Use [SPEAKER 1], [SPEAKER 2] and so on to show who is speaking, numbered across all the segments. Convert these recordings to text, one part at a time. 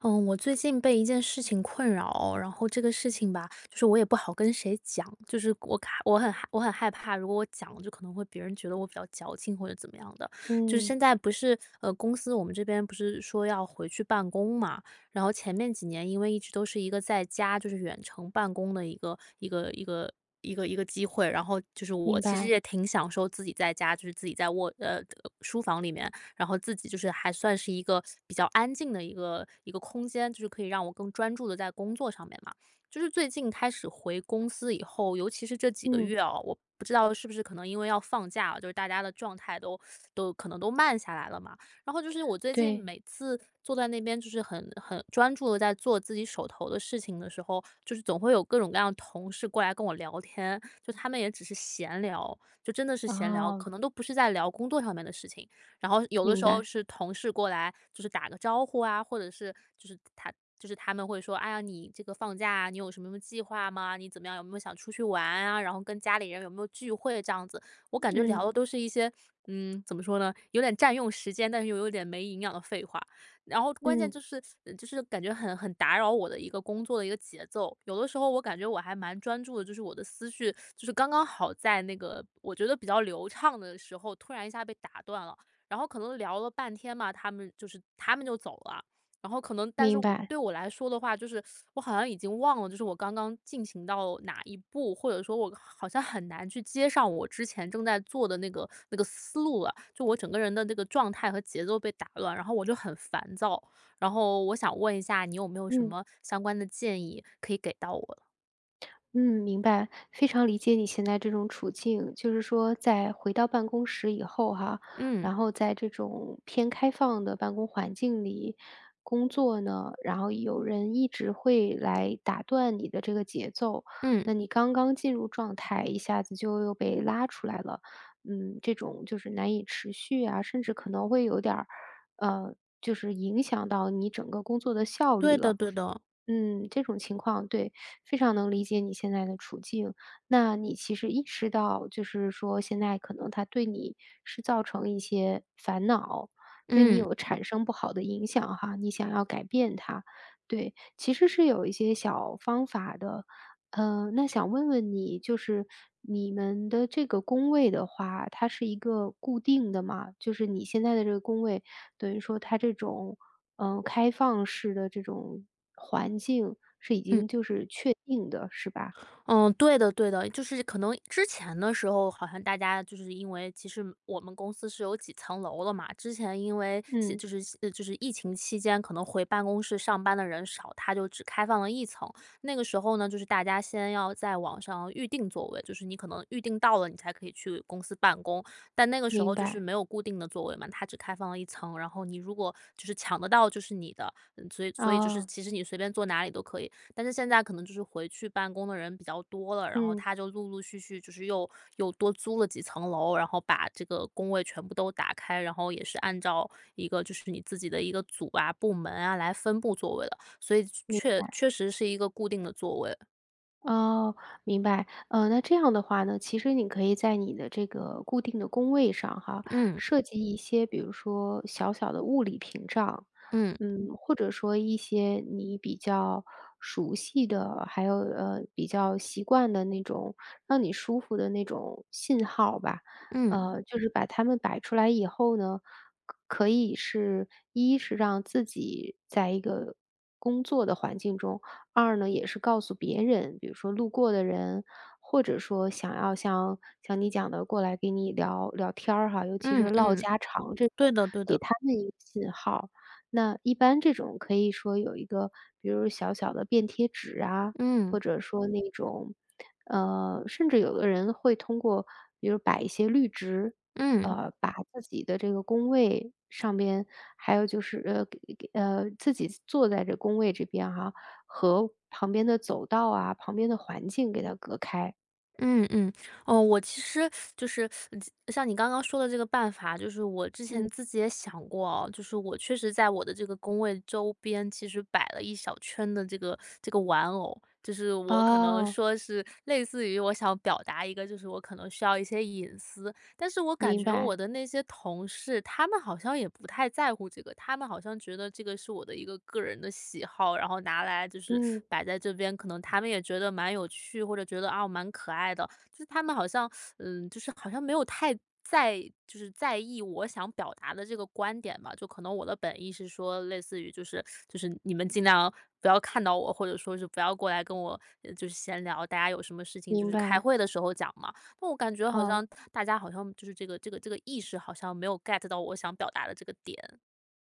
[SPEAKER 1] 嗯，我最近被一件事情困扰，然后这个事情吧，就是我也不好跟谁讲，就是我卡，我很害，我很害怕，如果我讲就可能会别人觉得我比较矫情或者怎么样的。就是
[SPEAKER 2] 嗯，
[SPEAKER 1] 现在不是公司我们这边不是说要回去办公嘛，然后前面几年因为一直都是一个在家就是远程办公的一个。一个机会，然后就是我
[SPEAKER 2] 明
[SPEAKER 1] 其实
[SPEAKER 2] 白。
[SPEAKER 1] 也挺享受自己在家，就是自己在卧书房里面然后自己就是还算是一个比较安静的一个空间，就是可以让我更专注的在工作上面嘛。就是最近开始回公司以后，尤其是这几个
[SPEAKER 2] 嗯，
[SPEAKER 1] 月哦，我不知道是不是可能因为要放假啊就是大家的状态都可能都慢下来了嘛。然后就是我最近
[SPEAKER 2] 对，
[SPEAKER 1] 每次坐在那边，就是很专注的在做自己手头的事情的时候，就是总会有各种各样的同事过来跟我聊天，就他们也只是闲聊，就真的是闲聊，
[SPEAKER 2] 哦，
[SPEAKER 1] 可能都不是在聊工作上面的事情。然后有的
[SPEAKER 2] 明
[SPEAKER 1] 时候
[SPEAKER 2] 白。
[SPEAKER 1] 是同事过来，就是打个招呼啊，或者是就是他们会说，哎呀，你这个放假啊你有什么什么计划吗？你怎么样？有没有想出去玩啊？然后跟家里人有没有聚会这样子？我感觉
[SPEAKER 2] 嗯，
[SPEAKER 1] 聊的都是一些，嗯，怎么说呢，有点占用时间，但是又有点没营养的废话。然后关键
[SPEAKER 2] 嗯，
[SPEAKER 1] 就是感觉很打扰我的一个工作的一个节奏。有的时候我感觉我还蛮专注的，就是我的思绪就是刚刚好在那个我觉得比较流畅的时候，突然一下被打断了。然后可能聊了半天嘛，他们就走了。然后可能，但是
[SPEAKER 2] 明
[SPEAKER 1] 我
[SPEAKER 2] 白，
[SPEAKER 1] 对我来说的话，就是我好像已经忘了，就是我刚刚进行到哪一步，或者说我好像很难去接上我之前正在做的那个思路了。就我整个人的那个状态和节奏被打乱，然后我就很烦躁。然后我想问一下，你有没有什
[SPEAKER 2] 嗯。
[SPEAKER 1] 么相关的建议可以给到我了
[SPEAKER 2] 嗯，明白，非常理解你现在这种处境。就是说在回到办公室以后哈，
[SPEAKER 1] 嗯
[SPEAKER 2] 然后在这种偏开放的办公环境里工作呢，然后有人一直会来打断你的这个节奏，
[SPEAKER 1] 嗯，
[SPEAKER 2] 那你刚刚进入状态，一下子就又被拉出来了。嗯，这种就是难以持续啊，甚至可能会有点儿，呃，就是影响到你整个工作的效率
[SPEAKER 1] 对的，
[SPEAKER 2] 了。
[SPEAKER 1] 对的，
[SPEAKER 2] 嗯，这种情况，对。非常能理解你现在的处境。那你其实意识到，就是说现在可能他对你是造成一些烦恼，对你
[SPEAKER 1] 嗯
[SPEAKER 2] 有产生不好的影响哈，你想要改变他，对，其实是有一些小方法的。嗯，那想问问你，就是你们的这个工位的话，它是一个固定的吗？就是你现在的这个工位，等于说它这种，开放式的这种环境是已
[SPEAKER 1] 嗯。
[SPEAKER 2] 经就是确定的，是吧？
[SPEAKER 1] 嗯，对的对的，就是可能之前的时候，好像大家就是因为其实我们公司是有几层楼了嘛，之前因为是
[SPEAKER 2] 嗯，
[SPEAKER 1] 就是疫情期间，可能回办公室上班的人少，他就只开放了一层。那个时候呢，就是大家先要在网上预定座位，就是你可能预定到了，你才可以去公司办公。但那个时
[SPEAKER 2] 明
[SPEAKER 1] 候就是
[SPEAKER 2] 白，
[SPEAKER 1] 没有固定的座位嘛，它只开放了一层，然后你如果就是抢得到就是你的，嗯所以就是
[SPEAKER 2] 啊，
[SPEAKER 1] 其实你随便坐哪里都可以。但是现在可能就是回去办公的人比较多了，然后
[SPEAKER 2] 嗯，
[SPEAKER 1] 他就陆陆续续就是又多租了几层楼，然后把这个工位全部都打开，然后也是按照一个就是你自己的一个组啊、部门啊来分布座位的，所以
[SPEAKER 2] 明
[SPEAKER 1] 确确实是一个固定的座位。
[SPEAKER 2] 哦，明白。呃，那这样的话呢，其实你可以在你的这个固定的工位上哈，
[SPEAKER 1] 嗯，
[SPEAKER 2] 设计一些，比如说小小的物理屏障，
[SPEAKER 1] 嗯，
[SPEAKER 2] 嗯，或者说一些你比较熟悉的，还有比较习惯的那种让你舒服的那种信号吧。
[SPEAKER 1] 嗯，
[SPEAKER 2] 呃，就是把它们摆出来以后呢，可以是一是让自己在一个工作的环境中。二呢，也是告诉别人，比如说路过的人，或者说想要像你讲的过来给你聊聊天儿哈，尤其
[SPEAKER 1] 嗯，
[SPEAKER 2] 是唠
[SPEAKER 1] 嗯，
[SPEAKER 2] 家常这种，
[SPEAKER 1] 对的对
[SPEAKER 2] 给
[SPEAKER 1] 的，
[SPEAKER 2] 他们一个信号。那一般这种可以说有一个，比如小小的便贴纸啊，
[SPEAKER 1] 嗯，
[SPEAKER 2] 或者说那种，呃，甚至有的人会通过，比如摆一些绿植，
[SPEAKER 1] 嗯。
[SPEAKER 2] 呃，把自己的这个工位上边，还有就是呃给给呃自己坐在这工位这边哈，和旁边的走道啊、旁边的环境给它隔开。
[SPEAKER 1] 嗯嗯，哦，我其实就是嗯像你刚刚说的这个办法，就是我之前
[SPEAKER 2] 嗯，
[SPEAKER 1] 自己也想过哦，就是我确实在我的这个工位周边，其实摆了一小圈的这个玩偶，就是我可能
[SPEAKER 2] 哦，
[SPEAKER 1] 说是类似于我想表达一个，就是我可能需要一些隐私，但是我感
[SPEAKER 2] 明
[SPEAKER 1] 觉我
[SPEAKER 2] 白，
[SPEAKER 1] 的那些同事，他们好像也不太在乎这个，他们好像觉得这个是我的一个个人的喜好，然后拿来就是
[SPEAKER 2] 嗯，
[SPEAKER 1] 摆在这边，可能他们也觉得蛮有趣，或者觉得啊蛮可爱的，就是他们好像嗯，就是好像没有太在就是在意我想表达的这个观点嘛，就可能我的本意是说，类似于就是你们尽量不要看到我，或者说是不要过来跟我闲聊，大家有什么事情就
[SPEAKER 2] 明
[SPEAKER 1] 是开
[SPEAKER 2] 白，
[SPEAKER 1] 会的时候讲嘛。但我感觉好
[SPEAKER 2] 哦。
[SPEAKER 1] 像大家好像就是这个意识好像没有 get 到我想表达的这个点。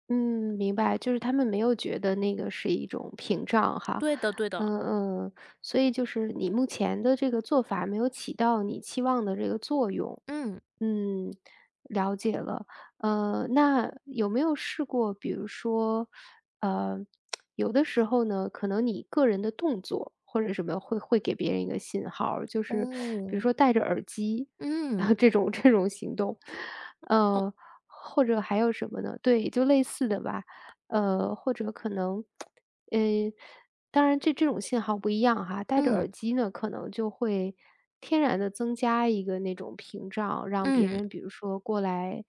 [SPEAKER 2] 嗯，明白，就是他们没有觉得那个是一种屏障哈，
[SPEAKER 1] 对的对的，
[SPEAKER 2] 嗯嗯，所以就是你目前的这个做法没有起到你期望的这个作用，
[SPEAKER 1] 嗯。
[SPEAKER 2] 嗯，了解了，呃，那有没有试过，比如说，呃，有的时候呢，可能你个人的动作或者什么会给别人一个信号儿就是比如
[SPEAKER 1] 哦。
[SPEAKER 2] 说戴着耳机，
[SPEAKER 1] 嗯，
[SPEAKER 2] 啊这种行动，
[SPEAKER 1] 哦，
[SPEAKER 2] 呃。或者还有什么呢？对，就类似的吧，呃，或者可能，嗯，当然这种信号不一样哈，戴着
[SPEAKER 1] 嗯，
[SPEAKER 2] 耳机呢，可能就会天然的增加一个那种屏障，让别
[SPEAKER 1] 嗯，
[SPEAKER 2] 人比如说过来，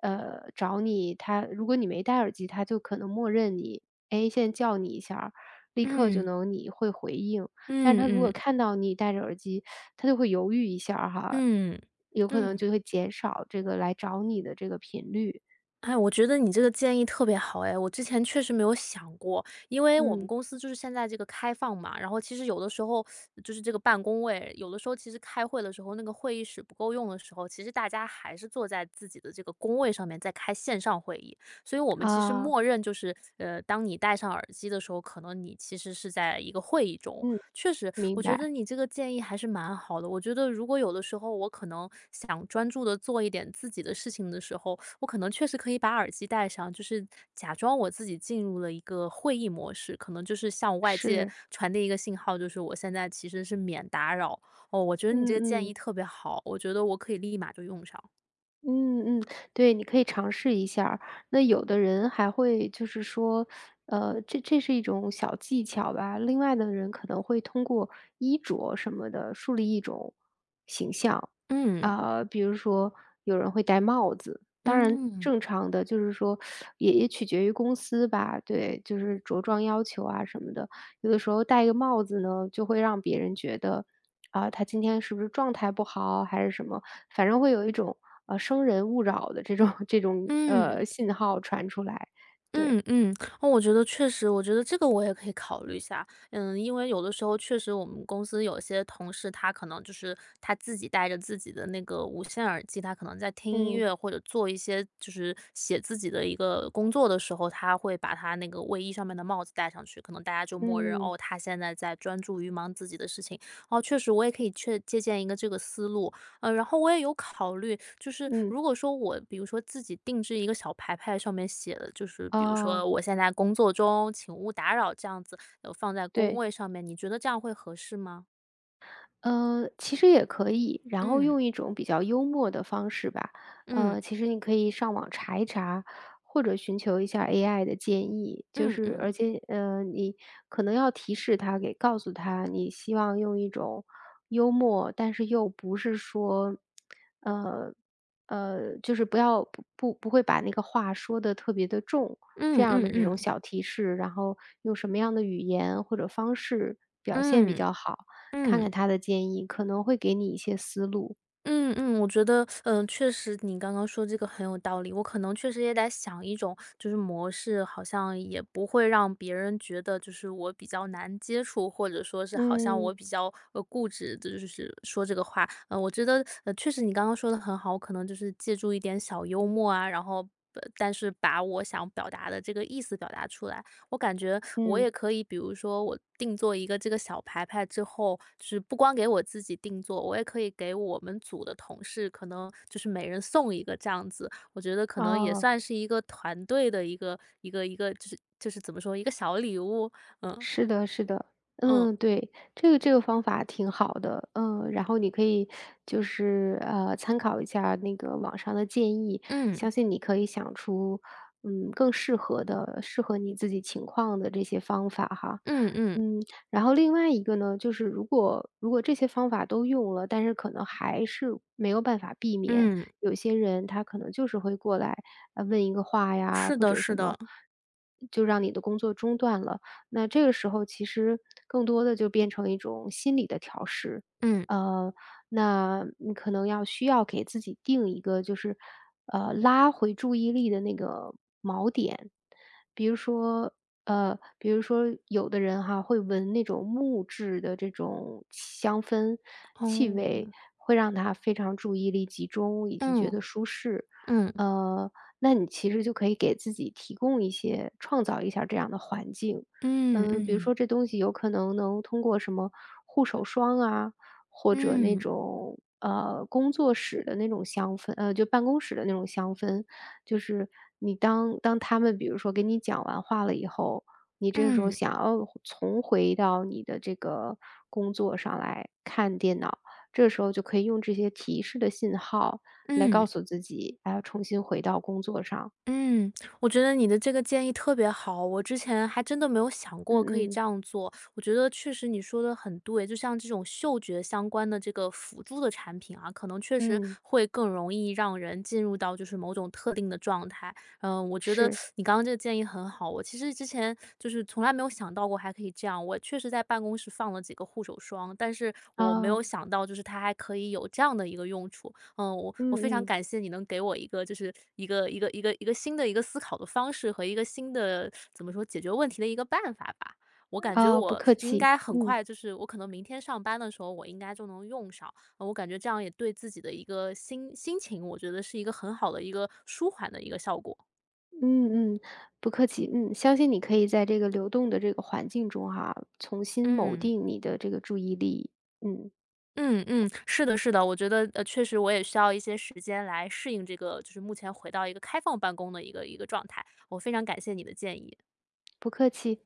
[SPEAKER 2] 呃，找你，他如果你没戴耳机，他就可能默认你，哎，现在叫你一下儿立刻就
[SPEAKER 1] 嗯，
[SPEAKER 2] 能你会回应。但
[SPEAKER 1] 嗯
[SPEAKER 2] 是他如果
[SPEAKER 1] 嗯，
[SPEAKER 2] 看到你戴着耳机，他就会犹豫一下儿哈，
[SPEAKER 1] 嗯，
[SPEAKER 2] 有可
[SPEAKER 1] 嗯。
[SPEAKER 2] 能
[SPEAKER 1] 嗯
[SPEAKER 2] 就会减少这个来找你的这个频率。
[SPEAKER 1] 哎，我觉得你这个建议特别好哎，我之前确实没有想过，因为我们
[SPEAKER 2] 嗯，
[SPEAKER 1] 公司就是现在这个开放嘛，然后其实有的时候就是这个办公位，有的时候其实开会的时候那个会议室不够用的时候，其实大家还是坐在自己的这个工位上面在开线上会议，所以我们其实
[SPEAKER 2] 啊，
[SPEAKER 1] 默认就是，呃，当你戴上耳机的时候，可能你其实是在一个会议中，
[SPEAKER 2] 嗯，
[SPEAKER 1] 确实，
[SPEAKER 2] 明
[SPEAKER 1] 我觉得
[SPEAKER 2] 白，
[SPEAKER 1] 你这个建议还是蛮好的。我觉得如果有的时候我可能想专注的做一点自己的事情的时候，我可能确实可以把耳机戴上，就是假装我自己进入了一个会议模式，可能就是向外界
[SPEAKER 2] 是，
[SPEAKER 1] 传递一个信号，就是我现在其实是免打扰。哦，我觉得你这
[SPEAKER 2] 嗯
[SPEAKER 1] 个建
[SPEAKER 2] 嗯。
[SPEAKER 1] 议特别好，我觉得我可以立马就用上。
[SPEAKER 2] 嗯嗯，对，你可以尝试一下儿。那有的人还会就是说，这是一种小技巧吧。另外的人可能会通过衣着什么的树立一种形象。
[SPEAKER 1] 嗯。
[SPEAKER 2] 啊，比如说有人会戴帽子，当然
[SPEAKER 1] 嗯。
[SPEAKER 2] 正常的就是说也取决于公司吧，对，就是着装要求啊什么的。有的时候戴一个帽子呢，就会让别人觉得，啊，他今天是不是状态不好还是什么，反正会有一种生人勿扰的这种 这种
[SPEAKER 1] 嗯。
[SPEAKER 2] 呃信号传出来。对，
[SPEAKER 1] 嗯嗯，哦，我觉得确实，我觉得这个我也可以考虑一下。嗯，因为有的时候确实我们公司有些同事，他可能就是他自己戴着自己的那个无线耳机，他可能在听音
[SPEAKER 2] 嗯
[SPEAKER 1] 乐或者做一些就是写自己的一个工作的时候，他会把他那个卫衣上面的帽子戴上去，可能大家就默认
[SPEAKER 2] 嗯
[SPEAKER 1] 哦，他现在在专注于忙自己的事情。哦，确实我也可以确借鉴一个这个思路。呃，然后我也有考虑，就是
[SPEAKER 2] 嗯，
[SPEAKER 1] 如果说我比如说自己定制一个小牌牌，上面写的，就是比如
[SPEAKER 2] 啊，
[SPEAKER 1] 说我现在工作中，请勿打扰这样子，放在工
[SPEAKER 2] 对。
[SPEAKER 1] 位上面，你觉得这样会合适吗？
[SPEAKER 2] 呃，其实也可以，然后
[SPEAKER 1] 嗯
[SPEAKER 2] 用一种比较幽默的方式吧。
[SPEAKER 1] 嗯
[SPEAKER 2] 呃，其实你可以上网查一查，或者寻求一下 AI 的建议，就
[SPEAKER 1] 嗯
[SPEAKER 2] 是
[SPEAKER 1] 嗯
[SPEAKER 2] 而且呃，你可能要提示他，给告诉他，你希望用一种幽默，但是又不是说，呃就是不要不不不会把那个话说的特别的重，这
[SPEAKER 1] 嗯
[SPEAKER 2] 样
[SPEAKER 1] 嗯
[SPEAKER 2] 的这种
[SPEAKER 1] 嗯
[SPEAKER 2] 小提示，然后用什么样的语言或者方式表现比
[SPEAKER 1] 嗯嗯
[SPEAKER 2] 较好。看看
[SPEAKER 1] 嗯。
[SPEAKER 2] 他的建议，可能会给你一些思路。
[SPEAKER 1] 嗯嗯，我觉得，嗯，确实你刚刚说这个很有道理。我可能确实也得想一种就是模式，好像也不会让别人觉得就是我比较难接触，或者说是好像我
[SPEAKER 2] 嗯，
[SPEAKER 1] 比较固执，就是说这个话。我觉得确实你刚刚说的很好，我可能就是借助一点小幽默啊，然后但是把我想表达的这个意思表达出来。我感觉我
[SPEAKER 2] 嗯，
[SPEAKER 1] 也可以，比如说我定做一个这个小牌牌之后，就是不光给我自己定做，我也可以给我们组的同事，可能就是每人送一个这样子。我觉得可能也
[SPEAKER 2] 哦。
[SPEAKER 1] 算是一个团队的一个，就是怎么说，一个小礼物。嗯
[SPEAKER 2] 是的，是的，
[SPEAKER 1] 嗯
[SPEAKER 2] 嗯，对，这个方法挺好的，嗯，然后你可以就是参考一下那个网上的建议，
[SPEAKER 1] 嗯
[SPEAKER 2] 相信你可以想出嗯更适合的、适合你自己情况的这些方法哈，
[SPEAKER 1] 嗯嗯
[SPEAKER 2] 嗯，然后另外一个呢，就是如果这些方法都用了，但是可能还是没有办法避免，
[SPEAKER 1] 嗯，
[SPEAKER 2] 有些人他可能就是会过来问一个话呀，
[SPEAKER 1] 是
[SPEAKER 2] 或
[SPEAKER 1] 的，
[SPEAKER 2] 者
[SPEAKER 1] 是
[SPEAKER 2] 什么，
[SPEAKER 1] 的，
[SPEAKER 2] 就让你的工作中断了。那这个时候其实更多的就变成一种心理的调试，
[SPEAKER 1] 嗯
[SPEAKER 2] 呃，那你可能要需要给自己定一个就是，呃，拉回注意力的那个比如说，呃，比如说有的人哈，会闻那种木质的这种香氛气味，
[SPEAKER 1] 哦，
[SPEAKER 2] 会让他非常注意力集中，以及觉
[SPEAKER 1] 嗯
[SPEAKER 2] 得舒适。
[SPEAKER 1] 嗯
[SPEAKER 2] 呃，那你其实就可以给自己提供一些创造一下这样的环境。
[SPEAKER 1] 嗯
[SPEAKER 2] 嗯，比如
[SPEAKER 1] 嗯
[SPEAKER 2] 说这东西有可能能通过什么护手霜啊，或者那
[SPEAKER 1] 嗯
[SPEAKER 2] 种，呃，工作室的那种香氛，就办公室的那种香氛。就是你当他们比如说给你讲完话了以后，你这个时候
[SPEAKER 1] 嗯
[SPEAKER 2] 想要重回到你的这个工作上来看电脑，这时候就可以用这些提示的信号来告
[SPEAKER 1] 嗯。
[SPEAKER 2] 诉自己，还要重新回到工作上。
[SPEAKER 1] 嗯，我觉得你的这个建议特别好，我之前还真的没有想过可以
[SPEAKER 2] 嗯
[SPEAKER 1] 这
[SPEAKER 2] 嗯，
[SPEAKER 1] 样做。我觉得确实你说的很对，就像这种嗅觉相关的这个辅助的产品啊，可能确实
[SPEAKER 2] 嗯，
[SPEAKER 1] 会更容易让人进入到就是某种特定的状态。嗯，我觉得
[SPEAKER 2] 是，
[SPEAKER 1] 你刚刚这个建议很好，我其实之前就是从来没有想到过还可以这样。我确实在办公室放了几个护手霜，但是我没
[SPEAKER 2] 啊，
[SPEAKER 1] 有想到就是它还可以有这样的一个用处。嗯，我非常
[SPEAKER 2] 嗯嗯，
[SPEAKER 1] 感谢你能给我一个就是一个新的一个思考的方式和一个新的怎么说解决问题的一个办法吧。我感觉
[SPEAKER 2] 啊，不
[SPEAKER 1] 我
[SPEAKER 2] 客
[SPEAKER 1] 应
[SPEAKER 2] 气，
[SPEAKER 1] 该很
[SPEAKER 2] 嗯。
[SPEAKER 1] 快，就是我可能明天上班的时候，我应该就能用上。我感觉这样也对自己的一个心情，我觉得是一个很好的一个舒缓的一个效果。
[SPEAKER 2] 嗯嗯，不客气。嗯，相信你可以在这个流动的这个环境中哈，重新锚
[SPEAKER 1] 嗯
[SPEAKER 2] 定你的这个注意力。嗯，
[SPEAKER 1] 嗯嗯，是的，是的，我觉得确实我也需要一些时间来适应这个，就是目前回到一个开放办公的一个状态。我非常感谢你的建议。
[SPEAKER 2] 不客气。